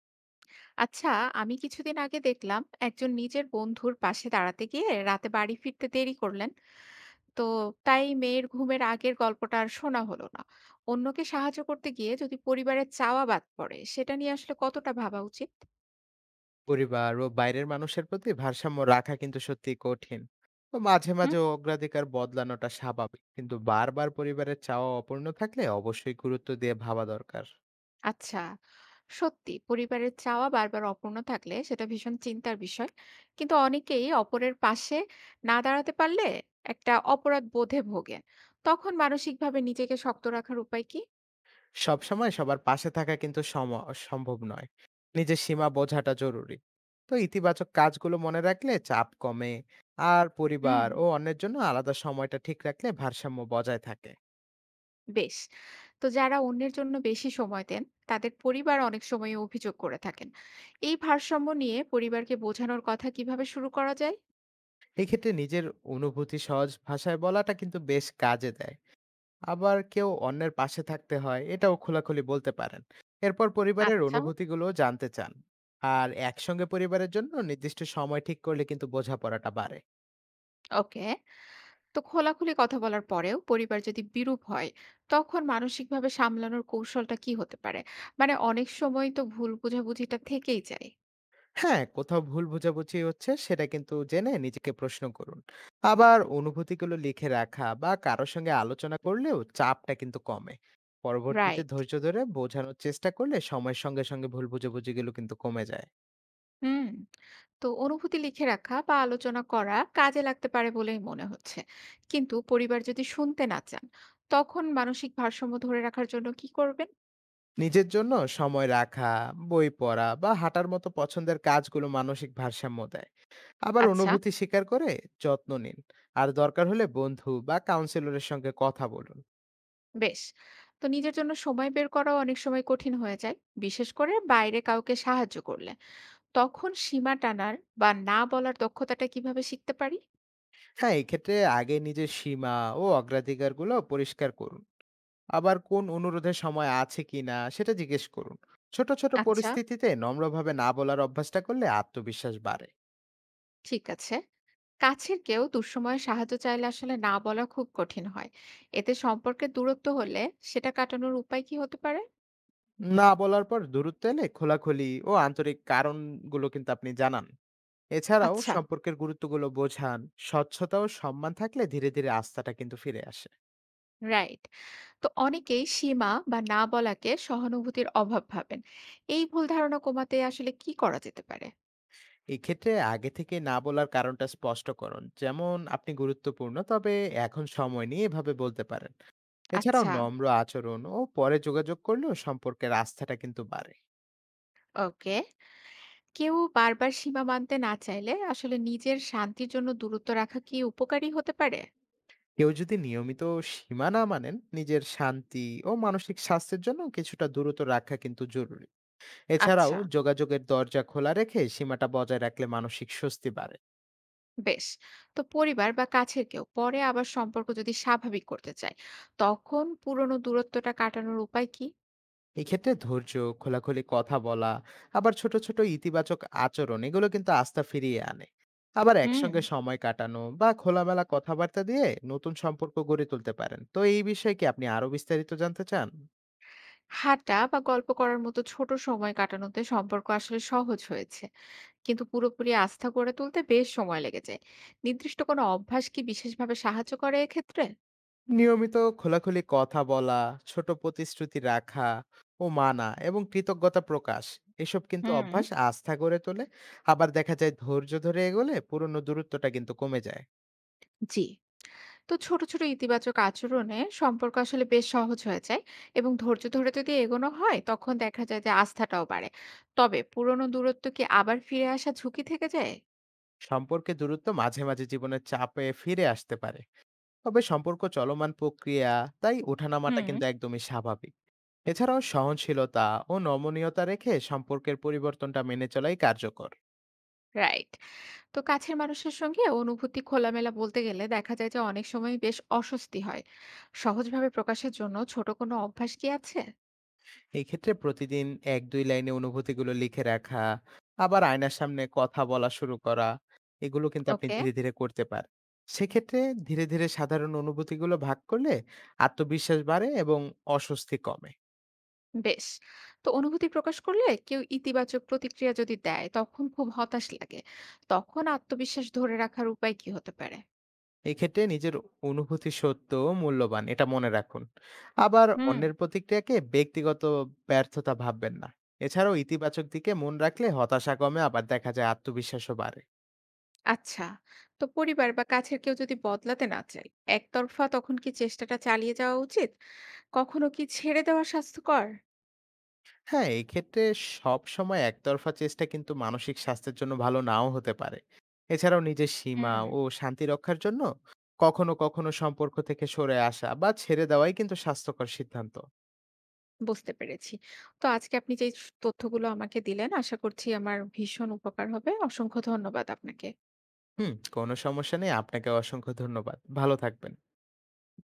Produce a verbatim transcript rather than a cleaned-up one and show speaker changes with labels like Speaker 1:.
Speaker 1: আচ্ছা, আমি কিছুদিন আগে দেখলাম একজন নিজের বন্ধুর পাশে দাঁড়াতে গিয়ে রাতে বাড়ি ফিরতে দেরি করলেন। তো তাই মেয়ের ঘুমের আগের গল্পটা আর শোনা হলো না। অন্যকে সাহায্য করতে গিয়ে যদি পরিবারের চাওয়া বাদ পড়ে, সেটা নিয়ে আসলে কতটা ভাবা উচিত?
Speaker 2: পরিবার ও বাইরের মানুষের প্রতি ভারসাম্য রাখা কিন্তু সত্যিই কঠিন। তো মাঝে
Speaker 1: হুম,
Speaker 2: মাঝে অগ্রাধিকার বদলানোটা স্বাভাবিক, কিন্তু বারবার পরিবারের চাওয়া অপূর্ণ থাকলে অবশ্যই গুরুত্ব দিয়ে ভাবা দরকার।
Speaker 1: আচ্ছা। সত্যি পরিবারের চাওয়া বারবার অপূর্ণ থাকলে সেটা ভীষণ চিন্তার বিষয়। কিন্তু অনেকেই অপরের পাশে না দাঁড়াতে পারলে একটা অপরাধ বোধে ভোগে। তখন মানসিকভাবে নিজেকে শক্ত রাখার উপায় কি?
Speaker 2: সবসময় সবার পাশে থাকা কিন্তু সম- সম্ভব নয়। নিজের সীমা বোঝাটা জরুরি। তো ইতিবাচক কাজগুলো মনে রাখলে চাপ কমে। আর
Speaker 1: হুম,
Speaker 2: পরিবার ও অন্যের জন্য আলাদা সময়টা ঠিক রাখলে ভারসাম্য বজায় থাকে।
Speaker 1: বেশ। তো যারা অন্যের জন্য বেশি সময় দেন, তাদের পরিবার অনেক সময় অভিযোগ করে থাকেন। এই ভারসাম্য নিয়ে পরিবারকে বোঝানোর কথা কিভাবে শুরু করা যায়?
Speaker 2: এক্ষেত্রে নিজের অনুভূতি সহজ ভাষায় বলাটা কিন্তু বেশ কাজে দেয়। আবার কেউ অন্যের পাশে থাকতে হয় এটাও খোলাখুলি বলতে পারেন। এরপর পরিবারের
Speaker 1: আচ্ছা,
Speaker 2: অনুভূতিগুলো জানতে চান। আর একসঙ্গে পরিবারের জন্য নির্দিষ্ট সময় ঠিক করলে কিন্তু বোঝাপড়াটা বাড়ে।
Speaker 1: ওকে। তো খোলাখুলি কথা বলার পরেও পরিবার যদি বিরূপ হয়, তখন মানসিকভাবে সামলানোর কৌশলটা কি হতে পারে? মানে অনেক সময় তো ভুল বোঝাবুঝিটা থেকেই যায়।
Speaker 2: হ্যাঁ, কোথাও ভুল বোঝাবুঝি হচ্ছে সেটা কিন্তু জেনে নিজেকে প্রশ্ন করুন। আবার অনুভূতিগুলো লিখে রাখা বা কারোর সঙ্গে আলোচনা করলেও চাপটা কিন্তু কমে। পরবর্তীতে
Speaker 1: রাইট,
Speaker 2: ধৈর্য ধরে বোঝানোর চেষ্টা করলে সময়ের সঙ্গে সঙ্গে ভুল বোঝাবুঝিগুলো কিন্তু কমে যায়।
Speaker 1: হুম। তো অনুভূতি লিখে রাখা বা আলোচনা করা কাজে লাগতে পারে বলেই মনে হচ্ছে। কিন্তু পরিবার যদি শুনতে না চান, তখন মানসিক ভারসাম্য ধরে রাখার জন্য কি করবেন?
Speaker 2: নিজের জন্য সময় রাখা, বই পড়া বা হাঁটার মতো পছন্দের কাজগুলো মানসিক ভারসাম্য দেয়। আবার
Speaker 1: আচ্ছা,
Speaker 2: অনুভূতি স্বীকার করে যত্ন নিন। আর দরকার হলে বন্ধু বা কাউন্সিলরের সঙ্গে কথা বলুন।
Speaker 1: বেশ। তো নিজের জন্য সময় বের করাও অনেক সময় কঠিন হয়ে যায়, বিশেষ করে বাইরে কাউকে সাহায্য করলে। তখন সীমা টানার বা না বলার দক্ষতাটা কিভাবে শিখতে পারি?
Speaker 2: হ্যাঁ, এক্ষেত্রে আগে নিজের সীমা ও অগ্রাধিকারগুলো পরিষ্কার করুন। আবার কোন অনুরোধের সময় আছে কিনা সেটা জিজ্ঞেস করুন। ছোট, ছোট
Speaker 1: আচ্ছা,
Speaker 2: পরিস্থিতিতে নম্রভাবে না বলার অভ্যাসটা করলে আত্মবিশ্বাস বাড়ে।
Speaker 1: ঠিক আছে। কাছের কেউ দুঃসময়ে সাহায্য চাইলে আসলে না বলা খুব কঠিন হয়। এতে সম্পর্কের দূরত্ব হলে সেটা কাটানোর উপায় কি হতে পারে?
Speaker 2: না বলার পর দূরত্ব এলে খোলাখুলি ও আন্তরিক কারণগুলো কিন্তু আপনি জানান। এছাড়াও
Speaker 1: আচ্ছা,
Speaker 2: সম্পর্কের গুরুত্বগুলো বোঝান। স্বচ্ছতা ও সম্মান থাকলে ধীরে ধীরে আস্থাটা কিন্তু ফিরে আসে।
Speaker 1: রাইট। তো অনেকেই সীমা বা না বলাকে সহানুভূতির অভাব ভাবেন। এই ভুল ধারণা কমাতে আসলে কি করা যেতে পারে?
Speaker 2: এক্ষেত্রে আগে থেকে না বলার কারণটা স্পষ্ট করুন, যেমন আপনি গুরুত্বপূর্ণ তবে এখন সময় নিয়ে এভাবে বলতে পারেন। এছাড়াও
Speaker 1: আচ্ছা,
Speaker 2: নম্র আচরণ ও পরে যোগাযোগ করলেও সম্পর্কের আস্থাটা কিন্তু বাড়ে।
Speaker 1: ওকে। কেউ বারবার সীমা মানতে না চাইলে আসলে নিজের শান্তির জন্য দূরত্ব রাখা কি উপকারী হতে পারে?
Speaker 2: কেউ যদি নিয়মিত সীমা না মানেন, নিজের শান্তি ও মানসিক স্বাস্থ্যের জন্য কিছুটা দূরত্ব রাখা কিন্তু জরুরি। এছাড়াও
Speaker 1: আচ্ছা,
Speaker 2: যোগাযোগের দরজা খোলা রেখে সীমাটা বজায় রাখলে মানসিক স্বস্তি বাড়ে।
Speaker 1: বেশ। তো পরিবার বা কাছের কেউ পরে আবার সম্পর্ক যদি স্বাভাবিক করতে চায়, তখন পুরনো দূরত্বটা কাটানোর উপায় কি?
Speaker 2: এক্ষেত্রে ধৈর্য, খোলাখুলি কথা বলা, আবার ছোট, ছোট ইতিবাচক আচরণ এগুলো কিন্তু আস্থা ফিরিয়ে আনে। আবার
Speaker 1: হুম।
Speaker 2: একসঙ্গে সময় কাটানো বা খোলামেলা কথাবার্তা দিয়ে নতুন সম্পর্ক গড়ে তুলতে পারেন। তো এই বিষয়ে কি আপনি আরো বিস্তারিত জানতে চান?
Speaker 1: হাঁটা বা গল্প করার মতো ছোট সময় কাটানোতে সম্পর্ক আসলে সহজ হয়েছে, কিন্তু পুরোপুরি আস্থা গড়ে তুলতে বেশ সময় লেগে যায়। নির্দিষ্ট কোনো অভ্যাস কি বিশেষভাবে সাহায্য করে এক্ষেত্রে?
Speaker 2: নিয়মিত খোলাখুলি কথা বলা, ছোট প্রতিশ্রুতি রাখা ও মানা এবং কৃতজ্ঞতা প্রকাশ এসব কিন্তু
Speaker 1: হুম,
Speaker 2: অভ্যাস আস্থা গড়ে তোলে। আবার দেখা যায় ধৈর্য ধরে এগোলে পুরনো দূরত্বটা কিন্তু কমে যায়।
Speaker 1: জি। তো ছোট, ছোট ইতিবাচক আচরণে সম্পর্ক আসলে বেশ সহজ হয়ে যায়, এবং ধৈর্য ধরে যদি এগোনো হয়, তখন দেখা যায় যে আস্থাটাও বাড়ে। তবে পুরনো দূরত্ব কি আবার ফিরে আসার ঝুঁকি থেকে যায়?
Speaker 2: সম্পর্কে দূরত্ব মাঝে, মাঝে জীবনের চাপে ফিরে আসতে পারে। তবে সম্পর্ক চলমান প্রক্রিয়া, তাই ওঠানামাটা
Speaker 1: হুম,
Speaker 2: কিন্তু একদমই স্বাভাবিক। এছাড়াও সহনশীলতা ও নমনীয়তা রেখে সম্পর্কের পরিবর্তনটা মেনে চলাই কার্যকর।
Speaker 1: রাইট। তো কাছের মানুষের সঙ্গে অনুভূতি খোলামেলা বলতে গেলে দেখা যায় যে অনেক সময় বেশ অস্বস্তি হয়। সহজভাবে প্রকাশের জন্য ছোট কোনো অভ্যাস কি আছে?
Speaker 2: এই ক্ষেত্রে প্রতিদিন এক দুই লাইনে অনুভূতিগুলো লিখে রাখা, আবার আয়নার সামনে কথা বলা শুরু করা, এগুলো কিন্তু আপনি
Speaker 1: ওকে,
Speaker 2: ধীরে ধীরে করতে পারেন। সেক্ষেত্রে ধীরে ধীরে সাধারণ অনুভূতিগুলো ভাগ করলে আত্মবিশ্বাস বাড়ে এবং অস্বস্তি কমে।
Speaker 1: বেশ। তো অনুভূতি প্রকাশ করলে কেউ ইতিবাচক প্রতিক্রিয়া যদি দেয়, তখন খুব হতাশ লাগে। তখন আত্মবিশ্বাস ধরে রাখার উপায় কি হতে পারে?
Speaker 2: এক্ষেত্রে নিজের অনুভূতি সত্য ও মূল্যবান এটা মনে রাখুন। আবার
Speaker 1: হুম,
Speaker 2: অন্যের প্রতিক্রিয়াকে ব্যক্তিগত ব্যর্থতা ভাববেন না। এছাড়াও ইতিবাচক দিকে মন রাখলে হতাশা কমে, আবার দেখা যায় আত্মবিশ্বাসও বাড়ে।
Speaker 1: আচ্ছা। তো পরিবার বা কাছের কেউ যদি বদলাতে না চায় একতরফা, তখন কি চেষ্টাটা চালিয়ে যাওয়া উচিত? কখনো কি ছেড়ে দেওয়া স্বাস্থ্যকর?
Speaker 2: হ্যাঁ, এই ক্ষেত্রে সব সময় একতরফা চেষ্টা কিন্তু মানসিক স্বাস্থ্যের জন্য ভালো নাও হতে পারে। এছাড়াও নিজের সীমা
Speaker 1: হুম,
Speaker 2: ও শান্তি রক্ষার জন্য কখনো কখনো সম্পর্ক থেকে সরে আসা বা ছেড়ে দেওয়াই কিন্তু স্বাস্থ্যকর সিদ্ধান্ত।
Speaker 1: বুঝতে পেরেছি। তো আজকে আপনি যে তথ্যগুলো আমাকে দিলেন, আশা করছি আমার ভীষণ উপকার হবে। অসংখ্য ধন্যবাদ আপনাকে।
Speaker 2: হুম, কোনো সমস্যা নেই। আপনাকে অসংখ্য ধন্যবাদ, ভালো থাকবেন।